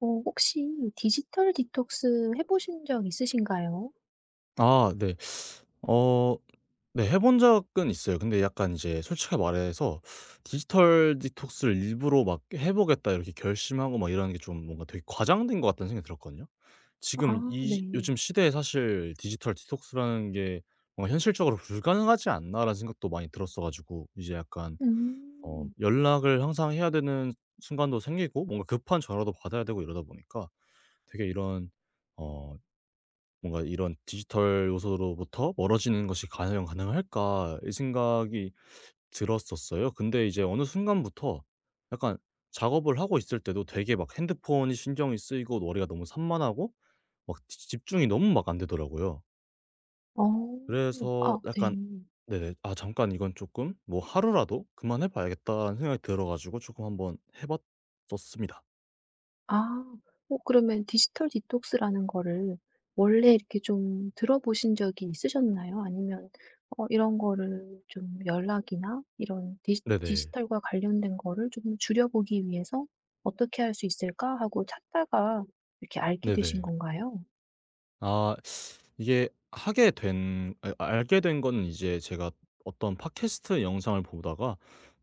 어 혹시 디지털 디톡스 해 보신 적 있으신가요? 아 네. 어 네 해본 적은 있어요. 근데 약간 이제 솔직히 말해서 '디지털 디톡스를 일부러 막 해 보겠다.' 이렇게 결심하고 막 이러는 게 좀 뭔가 되게 과장된 것 같다는 생각이 들었거든요. 지금 아, 이 네. 요즘 시대에 사실 '디지털 디톡스라는 게 뭔가 현실적으로 불가능하지 않나.'라는 생각도 많이 들었어 가지고 이제 약간 음. 연락을 항상 해야 되는 순간도 생기고 뭔가 급한 전화도 받아야 되고 이러다 보니까 되게 이런 어 뭔가 '이런 디지털 요소로부터 멀어지는 것이 과연 가능할까?' 이 생각이 들었었어요. 근데 이제 어느 순간부터 약간 작업을 하고 있을 때도 되게 막 핸드폰이 신경이 쓰이고 머리가 너무 산만하고 막 지 집중이 너무 막 안 되더라고요. 어. 그래서 아, 네. 약간 네네. '아 잠깐 이건 조금 뭐 하루라도 그만해 봐야겠다.'는 생각이 들어 가지고 조금 한번 해 봤었습니다. 아. 어 그러면 디지털 디톡스라는 거를 원래 이렇게 좀 들어보신 적이 있으셨나요? 아니면 어 이런 거를 좀 연락이나 이런 디 네네. 디지털과 관련된 거를 좀 줄여 보기 위해서 '어떻게 할 수 있을까?' 하고 찾다가 이렇게 알게 되신 네네. 건가요? 아 이게 하게 된 아 알게 된 거는 이제 제가 어떤 팟캐스트 영상을 보다가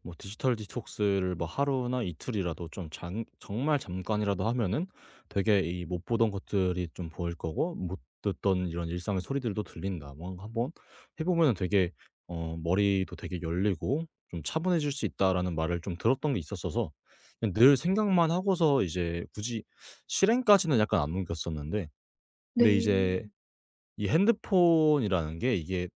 뭐 디지털 디톡스를 뭐 하루나 이틀이라도 좀 장 정말 잠깐이라도 하면은 되게 이 못 보던 것들이 좀 보일 거고 못 듣던 이런 일상의 소리들도 들린다. 뭐 한번 해 보면은 되게 머리도 되게 열리고 좀 '차분해질 수 있다.'라는 말을 좀 들었던 게 있었어서 그냥 늘 생각만 하고서 이제 굳이 실행까지는 약간 안 옮겼었는데. 근데 네. 이제 이 핸드폰이라는 게 이게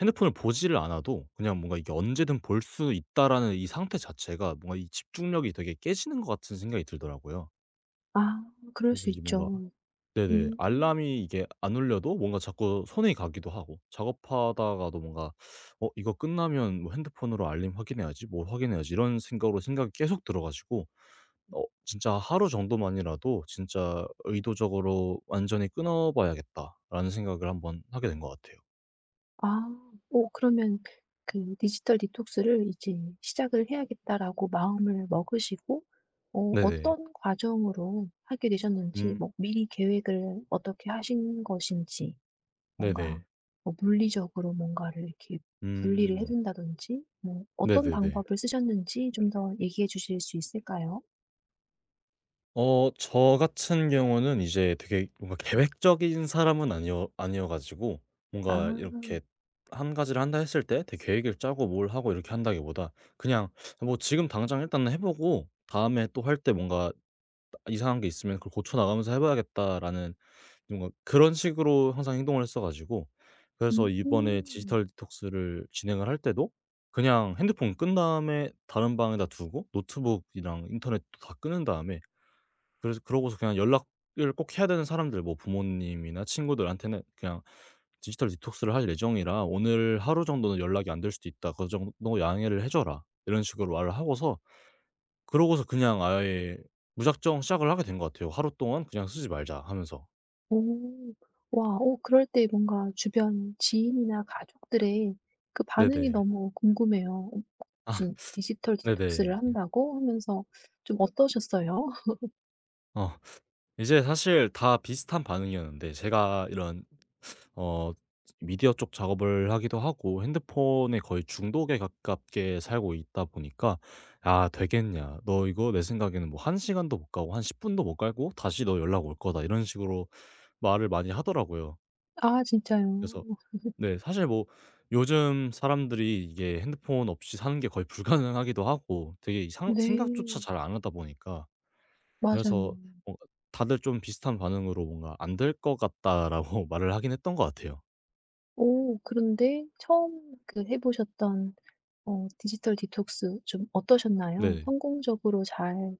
핸드폰을 보지를 않아도 그냥 뭔가 이게 '언제든 볼 수 있다.'라는 이 상태 자체가 뭔가 이 집중력이 되게 깨지는 것 같은 생각이 들더라고요. 아, 그럴 그래서 수 이제 뭔가 있죠. 네네. 음. 알람이 이게 안 울려도 뭔가 자꾸 손이 가기도 하고 작업하다가도 뭔가 '어 이거 끝나면 뭐 핸드폰으로 알림 확인해야지. 뭐 확인해야지.' 이런 생각으로 생각이 계속 들어 가지고 진짜 '하루 정도만이라도 진짜 의도적으로 완전히 끊어 봐야겠다.'라는 생각을 한번 하게 된 것 같아요. 아. 오, 그러면 그 '디지털 디톡스를 이제 시작을 해야겠다.'라고 마음을 먹으시고 어 네네. 어떤 과정으로 하게 되셨는지, 음. 뭐 미리 계획을 어떻게 하신 것인지, 뭔가 네네. 뭐 물리적으로 뭔가를 이렇게 분리를 해 음. 둔다든지 뭐 어떤 네네네. 방법을 쓰셨는지 좀 더 얘기해 주실 수 있을까요? 저 같은 경우는 이제 되게 뭔가 계획적인 사람은 아니어 가지고 뭔가 이렇게 아. 한 가지를 한다 했을 때 되게 계획을 짜고 뭘 하고 이렇게 한다기보다 그냥 뭐 지금 당장 일단은 해 보고 다음에 또 할 때 뭔가 '이상한 게 있으면 그걸 고쳐 나가면서 해 봐야겠다.'라는 뭔가 그런 식으로 항상 행동을 했어 가지고 그래서 이번에 음. 디지털 디톡스를 진행을 할 때도 그냥 핸드폰 끈 다음에 다른 방에다 두고 노트북이랑 인터넷도 다 끄는 다음에 그래서 그러고서 그냥 연락을 꼭 해야 되는 사람들 뭐 부모님이나 친구들한테는 그냥 "디지털 디톡스를 할 예정이라 오늘 하루 정도는 연락이 안 될 수도 있다. 그 정도 양해를 해 줘라." 이런 식으로 말을 하고서 그러고서 그냥 아예 무작정 시작을 하게 된 것 같아요. "하루 동안 그냥 쓰지 말자." 하면서. 오. 와, 어 그럴 때 뭔가 주변 지인이나 가족들의 그 반응이 네네. 너무 궁금해요. 어 무슨 디지털 디톡스를 네네. 한다고 하면서 좀 어떠셨어요? 어 이제 사실 다 비슷한 반응이었는데 제가 이런 어 미디어 쪽 작업을 하기도 하고 핸드폰에 거의 중독에 가깝게 살고 있다 보니까 "아 되겠냐. 너 이거 내 생각에는 뭐 한 시간도 못 가고 한 10 분도 못 갈고 다시 너 연락 올 거다." 이런 식으로 말을 많이 하더라고요. 아, 진짜요? 그래서 네 사실 뭐 요즘 사람들이 이게 핸드폰 없이 사는 게 거의 불가능하기도 하고 되게 이 상 생각조차 네. 잘 안 하다 보니까 맞아요. 그래서 뭔가 다들 좀 비슷한 반응으로 뭔가 "안 될 것 같다."라고 말을 하긴 했던 것 같아요. 오, 그런데 처음 그 해 보셨던 어 디지털 디톡스 좀 어떠셨나요? 네. 성공적으로 잘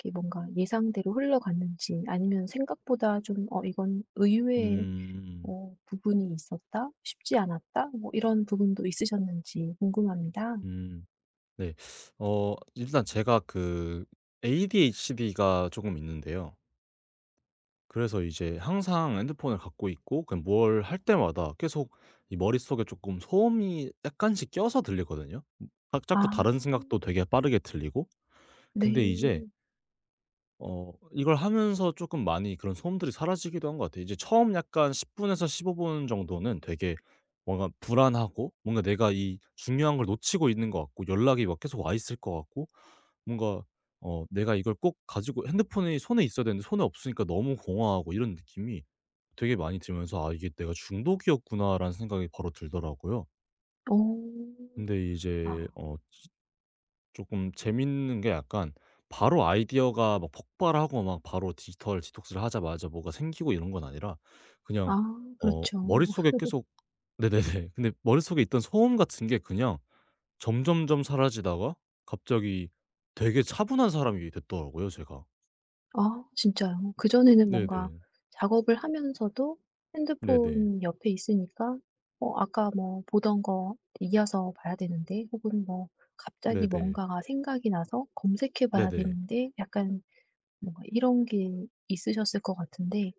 이렇게 뭔가 예상대로 흘러갔는지, 아니면 생각보다 좀 '어 이건 의외의 음. 어 부분이 있었다? 쉽지 않았다?' 뭐 이런 부분도 있으셨는지 궁금합니다. 음. 네. 어 일단 제가 그 ADHD가 조금 있는데요. 그래서 이제 항상 핸드폰을 갖고 있고 그냥 뭘 할 때마다 계속 이 머릿속에 조금 소음이 약간씩 껴서 들리거든요. 아, 자꾸 다른 생각도 되게 빠르게 들리고. 근데 이제 네. 이걸 하면서 쪼끔 많이 그런 소음들이 사라지기도 한 것 같아요. 이제 처음 약간 10 분에서 15분 정도는 되게 뭔가 불안하고 뭔가 내가 이 중요한 걸 놓치고 있는 것 같고 연락이 막 계속 와 있을 것 같고 뭔가 내가 이걸 꼭 가지고 핸드폰이 손에 있어야 되는데 손에 없으니까 너무 공허하고 이런 느낌이 되게 많이 들면서 '아 이게 내가 중독이었구나.'라는 생각이 바로 들더라고요. 어. 근데 이제 아. 조금 재밌는 게 약간 바로 아이디어가 막 폭발하고 막 바로 디지털 디톡스를 하자마자 뭐가 생기고 이런 건 아니라 그냥 아, 그렇죠. 머릿속에 계속 네네네. 근데 머릿속에 있던 소음 같은 게 그냥 점점점 사라지다가 갑자기 되게 차분한 사람이 됐더라고요 제가. 아, 진짜요? 그전에는 뭔가 네네. 작업을 하면서도 네네. 핸드폰 옆에 있으니까 어 아까 뭐 보던 거 이어서 봐야 되는데 혹은 뭐 갑자기 네네. 뭔가가 생각이 나서 검색해 봐야 네네. 되는데, 약간 뭔가 이런 게 있으셨을 것 같은데,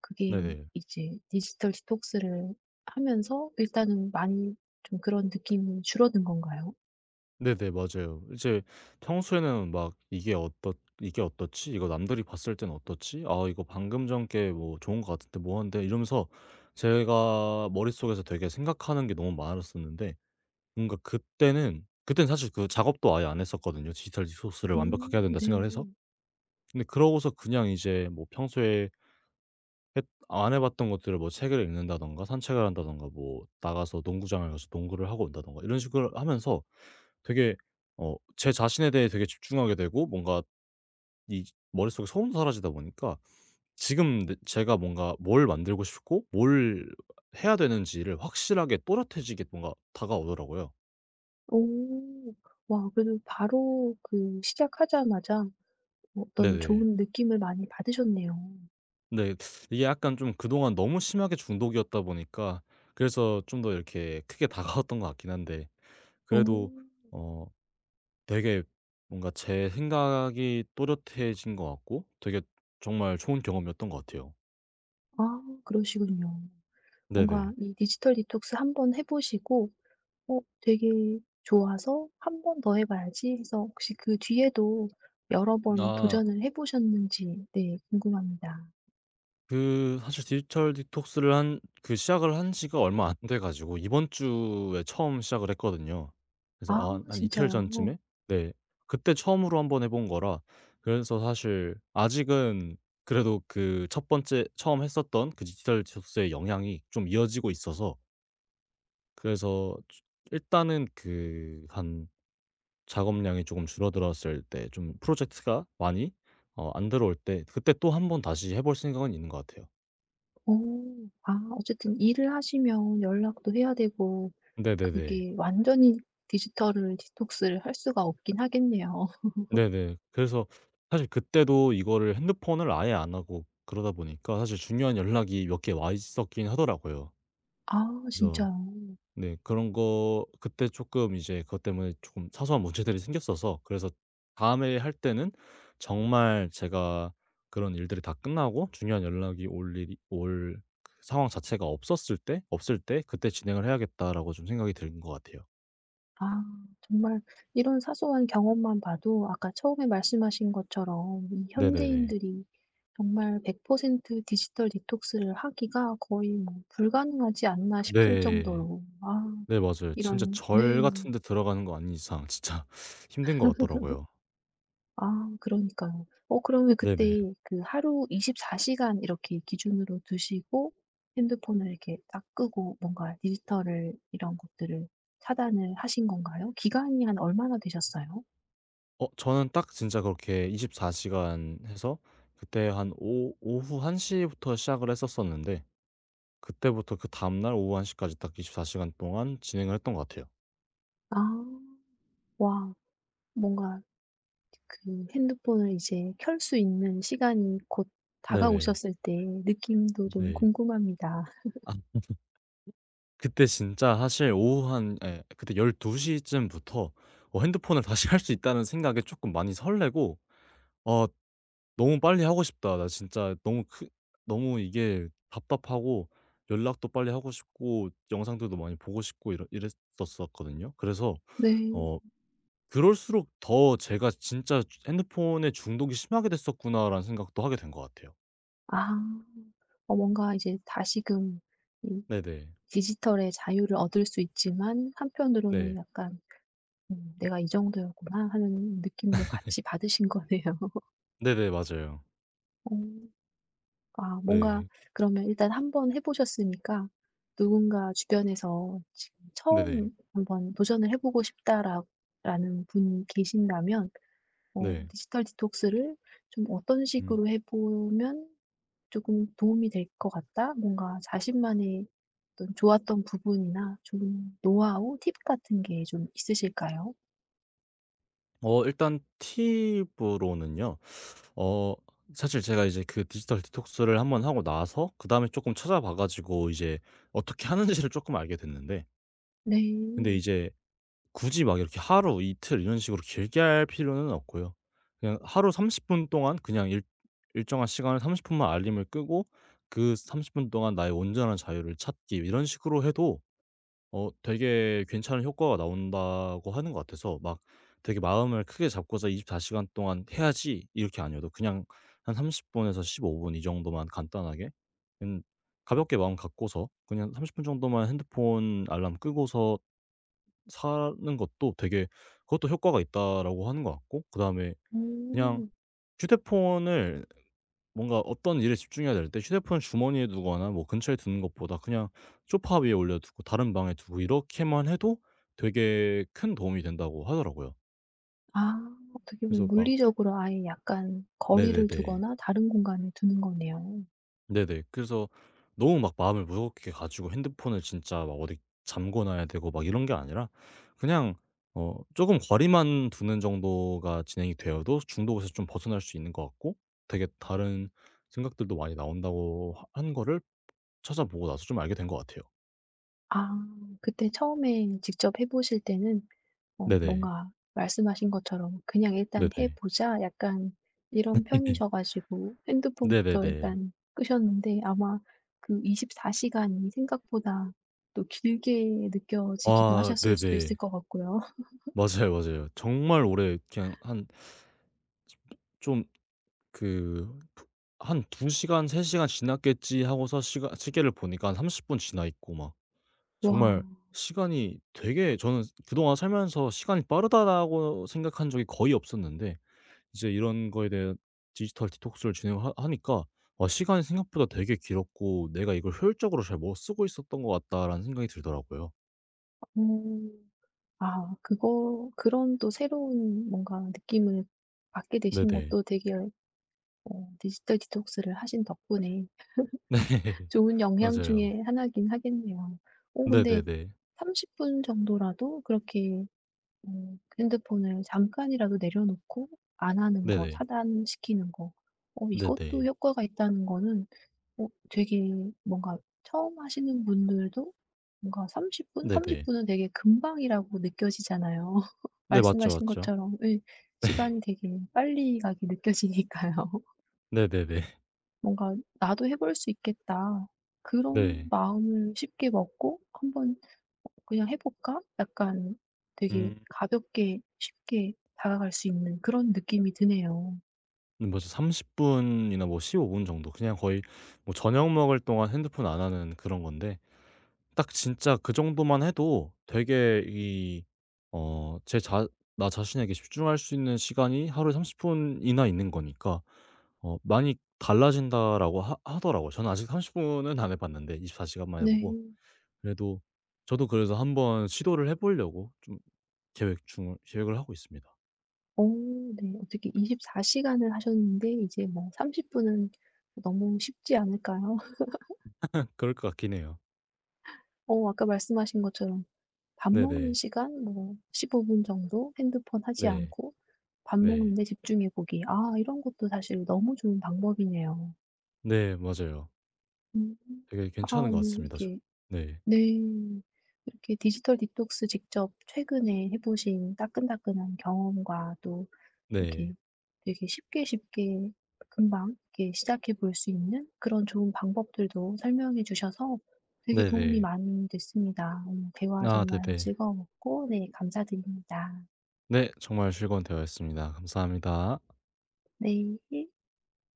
그게 네네. 이제 디지털 디톡스를 하면서 일단은 많이 좀 그런 느낌이 줄어든 건가요? 네네. 맞아요. 이제 평소에는 막 ' 이게 어떻지? 이거 남들이 봤을 땐 어떻지? 아 이거 방금 전 게 뭐 좋은 것 같은데 뭐 한데.' 이러면서 제가 머릿속에서 되게 생각하는 게 너무 많았었는데 뭔가 그때는 사실 그 작업도 아예 안 했었거든요. '디지털 디소스를 완벽하게 해야 음, 된다.' 생각을 네. 해서. 근데 그러고서 그냥 이제 뭐 평소에 했 안 해 봤던 것들을 뭐 책을 읽는다든가 산책을 한다든가 뭐 나가서 농구장을 가서 농구를 하고 온다든가 이런 식으로 하면서 되게 제 자신에 대해 되게 집중하게 되고 뭔가 이 머릿속에 소음도 사라지다 보니까 지금 내 제가 뭔가 뭘 만들고 싶고 뭘 해야 되는지를 확실하게 또렷해지게 뭔가 다가오더라고요. 오. 와, 그래도 바로 그 시작하자마자 어떤 네네. 좋은 느낌을 많이 받으셨네요. 근데 이게 약간 좀 그동안 너무 심하게 중독이었다 보니까 그래서 좀 더 이렇게 크게 다가왔던 것 같긴 한데 오, 그래도 어 되게 뭔가 제 생각이 또렷해진 것 같고 되게 정말 좋은 경험이었던 것 같아요. 아, 그러시군요. 뭔가 네네. 이 디지털 디톡스 한번 해 보시고 어 되게 좋아서 '한 번 더 해 봐야지.' 해서 혹시 그 뒤에도 여러 번 아. 도전을 해 보셨는지 네 궁금합니다. 그 사실 디지털 디톡스를 한 그 시작을 한 지가 얼마 안 돼 가지고 이번 주에 처음 시작을 했거든요. 그래서 아, 아 한 이틀 진짜요? 전쯤에 네 그때 처음으로 한번 해본 거라 그래서 사실 아직은 그래도 그 첫 번째 처음 했었던 그 디지털 디톡스의 영향이 좀 이어지고 있어서 그래서 츠 일단은 그 한 작업량이 쪼금 줄어들었을 때 좀 프로젝트가 많이 안 들어올 때 그때 또 한번 다시 해볼 생각은 있는 것 같아요. 어. 아, 어쨌든 일을 하시면 연락도 해야 되고, 네네네. 그게 완전히 디지털을 디톡스를 할 수가 없긴 하겠네요. 네네. 그래서 사실 그때도 이거를 핸드폰을 아예 안 하고 그러다 보니까 사실 중요한 연락이 몇 개 와 있었긴 하더라고요. 아, 그래서 진짜요. 네 그런 거 그때 조금 이제 그것 때문에 조금 사소한 문제들이 생겼어서 그래서 다음에 할 때는 정말 제가 그런 일들이 다 끝나고 중요한 연락이 올 일이 올그 상황 자체가 없었을 때 없을 때 '그때 진행을 해야겠다.'라고 좀 생각이 든 것 같아요. 아, 정말 이런 사소한 경험만 봐도 아까 처음에 말씀하신 것처럼 이 네네네. 현대인들이 정말 100% 디지털 디톡스를 하기가 거의 뭐 불가능하지 않나 싶을 네. 정도로, 아 네 맞아요. 진짜 이런. 절 네. 같은 데 들어가는 거 아닌 이상 진짜 힘든 것 같더라고요. 아, 그러니까요. 어 그러면 그때 네네. 그 하루 24 시간 이렇게 기준으로 두시고 핸드폰을 이렇게 딱 끄고 뭔가 디지털을 이런 것들을 차단을 하신 건가요? 기간이 한 얼마나 되셨어요? 저는 딱 진짜 그렇게 24 시간 해서 그때 한 오 오후 1 시부터 시작을 했었었는데 그때부터 그다음 날 오후 1 시까지 딱 24 시간 동안 진행을 했던 것 같아요. 아. 와. 뭔가 그 핸드폰을 이제 켤 수 있는 시간이 곧 네네. 다가오셨을 때 느낌도 좀 네. 궁금합니다. 아 그때 진짜 사실 오후 한 그때 12 시쯤부터 핸드폰을 다시 할 수 있다는 생각에 조금 많이 설레고 어 '너무 빨리 하고 싶다. 나 진짜 너무 크 너무 이게 답답하고 연락도 빨리 하고 싶고 영상들도 많이 보고 싶고 이랬었었거든요. 그래서 네. 어 그럴수록 더 제가 '진짜 핸드폰에 중독이 심하게 됐었구나.'라는 생각도 하게 된 것 같아요. 아. 어 뭔가 이제 다시금 이 네네. 디지털의 자유를 얻을 수 있지만, 한편으로는 네. 약간 '음, 내가 이 정도였구나.' 하는 느낌도 같이 받으신 거네요. 네네. 맞아요. 어. 아, 뭔가 네. 그러면 일단 한번 해 보셨으니까 누군가 주변에서 지금 네네. 처음 '한번 도전을 해 보고 싶다.'라 라는 분이 계신다면 어 네. 디지털 디톡스를 좀 '어떤 음. 식으로 해 보면 조금 도움이 될 것 같다.' 뭔가 자신만의 어떤 좋았던 부분이나 좀 노하우, 팁 같은 게 좀 있으실까요? 일단 팁으로는요. 어 사실 제가 이제 그 디지털 디톡스를 한번 하고 나서 그다음에 쪼끔 찾아봐 가지고 이제 어떻게 하는지를 쪼끔 알게 됐는데 근데 네. 이제 굳이 막 이렇게 하루, 이틀 이런 식으로 길게 할 필요는 없고요. 그냥 하루 30분 동안 그냥 일 일정한 시간을 30 분만 알림을 끄고 그 30분 동안 나의 온전한 자유를 찾기 이런 식으로 해도 되게 괜찮은 효과가 나온다고 하는 것 같아서 막 되게 마음을 크게 잡고서 24 시간 동안 해야지 이렇게 아니어도 그냥 한 30 분에서 15분 이 정도만 간단하게 음 가볍게 마음 갖고서 그냥 30분 정도만 핸드폰 알람 끄고서 사는 것도 되게 그것도 효과가 있다라고 하는 것 같고 그다음에 그냥 음. 휴대폰을 뭔가 어떤 일에 집중해야 될 때 휴대폰 주머니에 두거나 뭐 근처에 두는 것보다 그냥 소파 위에 올려두고 다른 방에 두고 이렇게만 해도 되게 큰 도움이 된다고 하더라고요. 아, 어떻게 보면 그래서 막 물리적으로 아예 약간 거리를 네네네. 두거나 다른 공간에 두는 거네요. 네네. 그래서 너무 막 마음을 무겁게 가지고 핸드폰을 진짜 막 어디 잠궈 놔야 되고 막 이런 게 아니라 그냥 조금 거리만 두는 정도가 진행이 되어도 중독에서 좀 벗어날 수 있는 것 같고 되게 다른 생각들도 많이 나온다고 하 한 거를 찾아보고 나서 좀 알게 된 것 같아요. 아, 그때 처음에 직접 해 보실 때는 어 네네. 뭔가 말씀하신 것처럼 '그냥 일단 해 네네. 보자.' 약간 이런 편이셔 가지고 핸드폰부터 네네네. 일단 끄셨는데, 아마 그 24 시간이 생각보다 또 길게 느껴지기도 아 하셨을 수도 있을 네네. 것 같고요. 맞아요, 맞아요. 정말 오래 그냥 한 좀 그 한 2 시간 3 시간 지났겠지 하고서 시 시계를 보니까 한 30분 지나 있고 막 와. 정말 시간이 되게 저는 그동안 살면서 '시간이 빠르다.'라고 생각한 적이 거의 없었는데 이제 이런 거에 대한 디지털 디톡스를 진행하 하니까 '아 시간이 생각보다 되게 길었고 내가 이걸 효율적으로 잘 못 쓰고 있었던 것 같다.'라는 생각이 들더라고요. 음. 아, 그거 그런 또 새로운 뭔가 느낌을 받게 되신 네네. 것도 되게 어 디지털 디톡스를 하신 덕분에 네. 좋은 영향 맞아요. 중에 하나긴 하겠네요. 어 근데 네네네. 30분 정도라도 그렇게 어 핸드폰을 잠깐이라도 내려놓고 안 하는 거 네네. 차단시키는 거 어 이것도 네네. 효과가 있다는 거는, 어 되게 뭔가 처음 하시는 분들도 뭔가 30 분? 30 네네. 분은 되게 금방이라고 느껴지잖아요. 네 맞죠, 말씀하신 맞죠. 것처럼, 예 시간이 되게 빨리 가게 느껴지니까요. 네네네. 뭔가 '나도 해볼 수 있겠다.' 그런 네. 마음을 쉽게 먹고 '한번 그냥 해 볼까?' 약간 되게 음 가볍게 쉽게 다가갈 수 있는 그런 느낌이 드네요. 뭐죠 30 분이나 뭐 15분 정도 그냥 거의 뭐 저녁 먹을 동안 핸드폰 안 하는 그런 건데 딱 진짜 그 정도만 해도 되게 이 제 자 나 자신에게 집중할 수 있는 시간이 하루에 30 분이나 있는 거니까 많이 달라진다라고 하 하더라고요. 저는 아직 30 분은 안 해 봤는데 24 시간만 해 보고 네. 그래도 저도 그래서 한번 시도를 해 보려고 좀 계획을 하고 있습니다. 어 네. 어떻게 24 시간을 하셨는데 이제 뭐 30 분은 너무 쉽지 않을까요? 그럴 것 같긴 해요. 어 아까 말씀하신 것처럼 밥 먹는 네네. 시간 뭐 15분 정도 핸드폰 하지 네. 않고 밥 먹는 네. 데 집중해 보기. 아, 이런 것도 사실 너무 좋은 방법이네요. 네 맞아요. 음. 되게 아, 괜찮은 것 오늘 같습니다 저. 이렇게. 네. 네. 이렇게 디지털 디톡스 직접 최근에 해 보신 따끈따끈한 경험과 또 네. 이렇게 되게 쉽게 쉽게 금방 이렇게 시작해 볼 수 있는 그런 좋은 방법들도 설명해 주셔서 되게 도움이 네네. 많이 됐습니다. 오늘 대화 아 정말 네네. 즐거웠고 네 감사드립니다. 네 정말 즐거운 대화였습니다. 감사합니다. 네.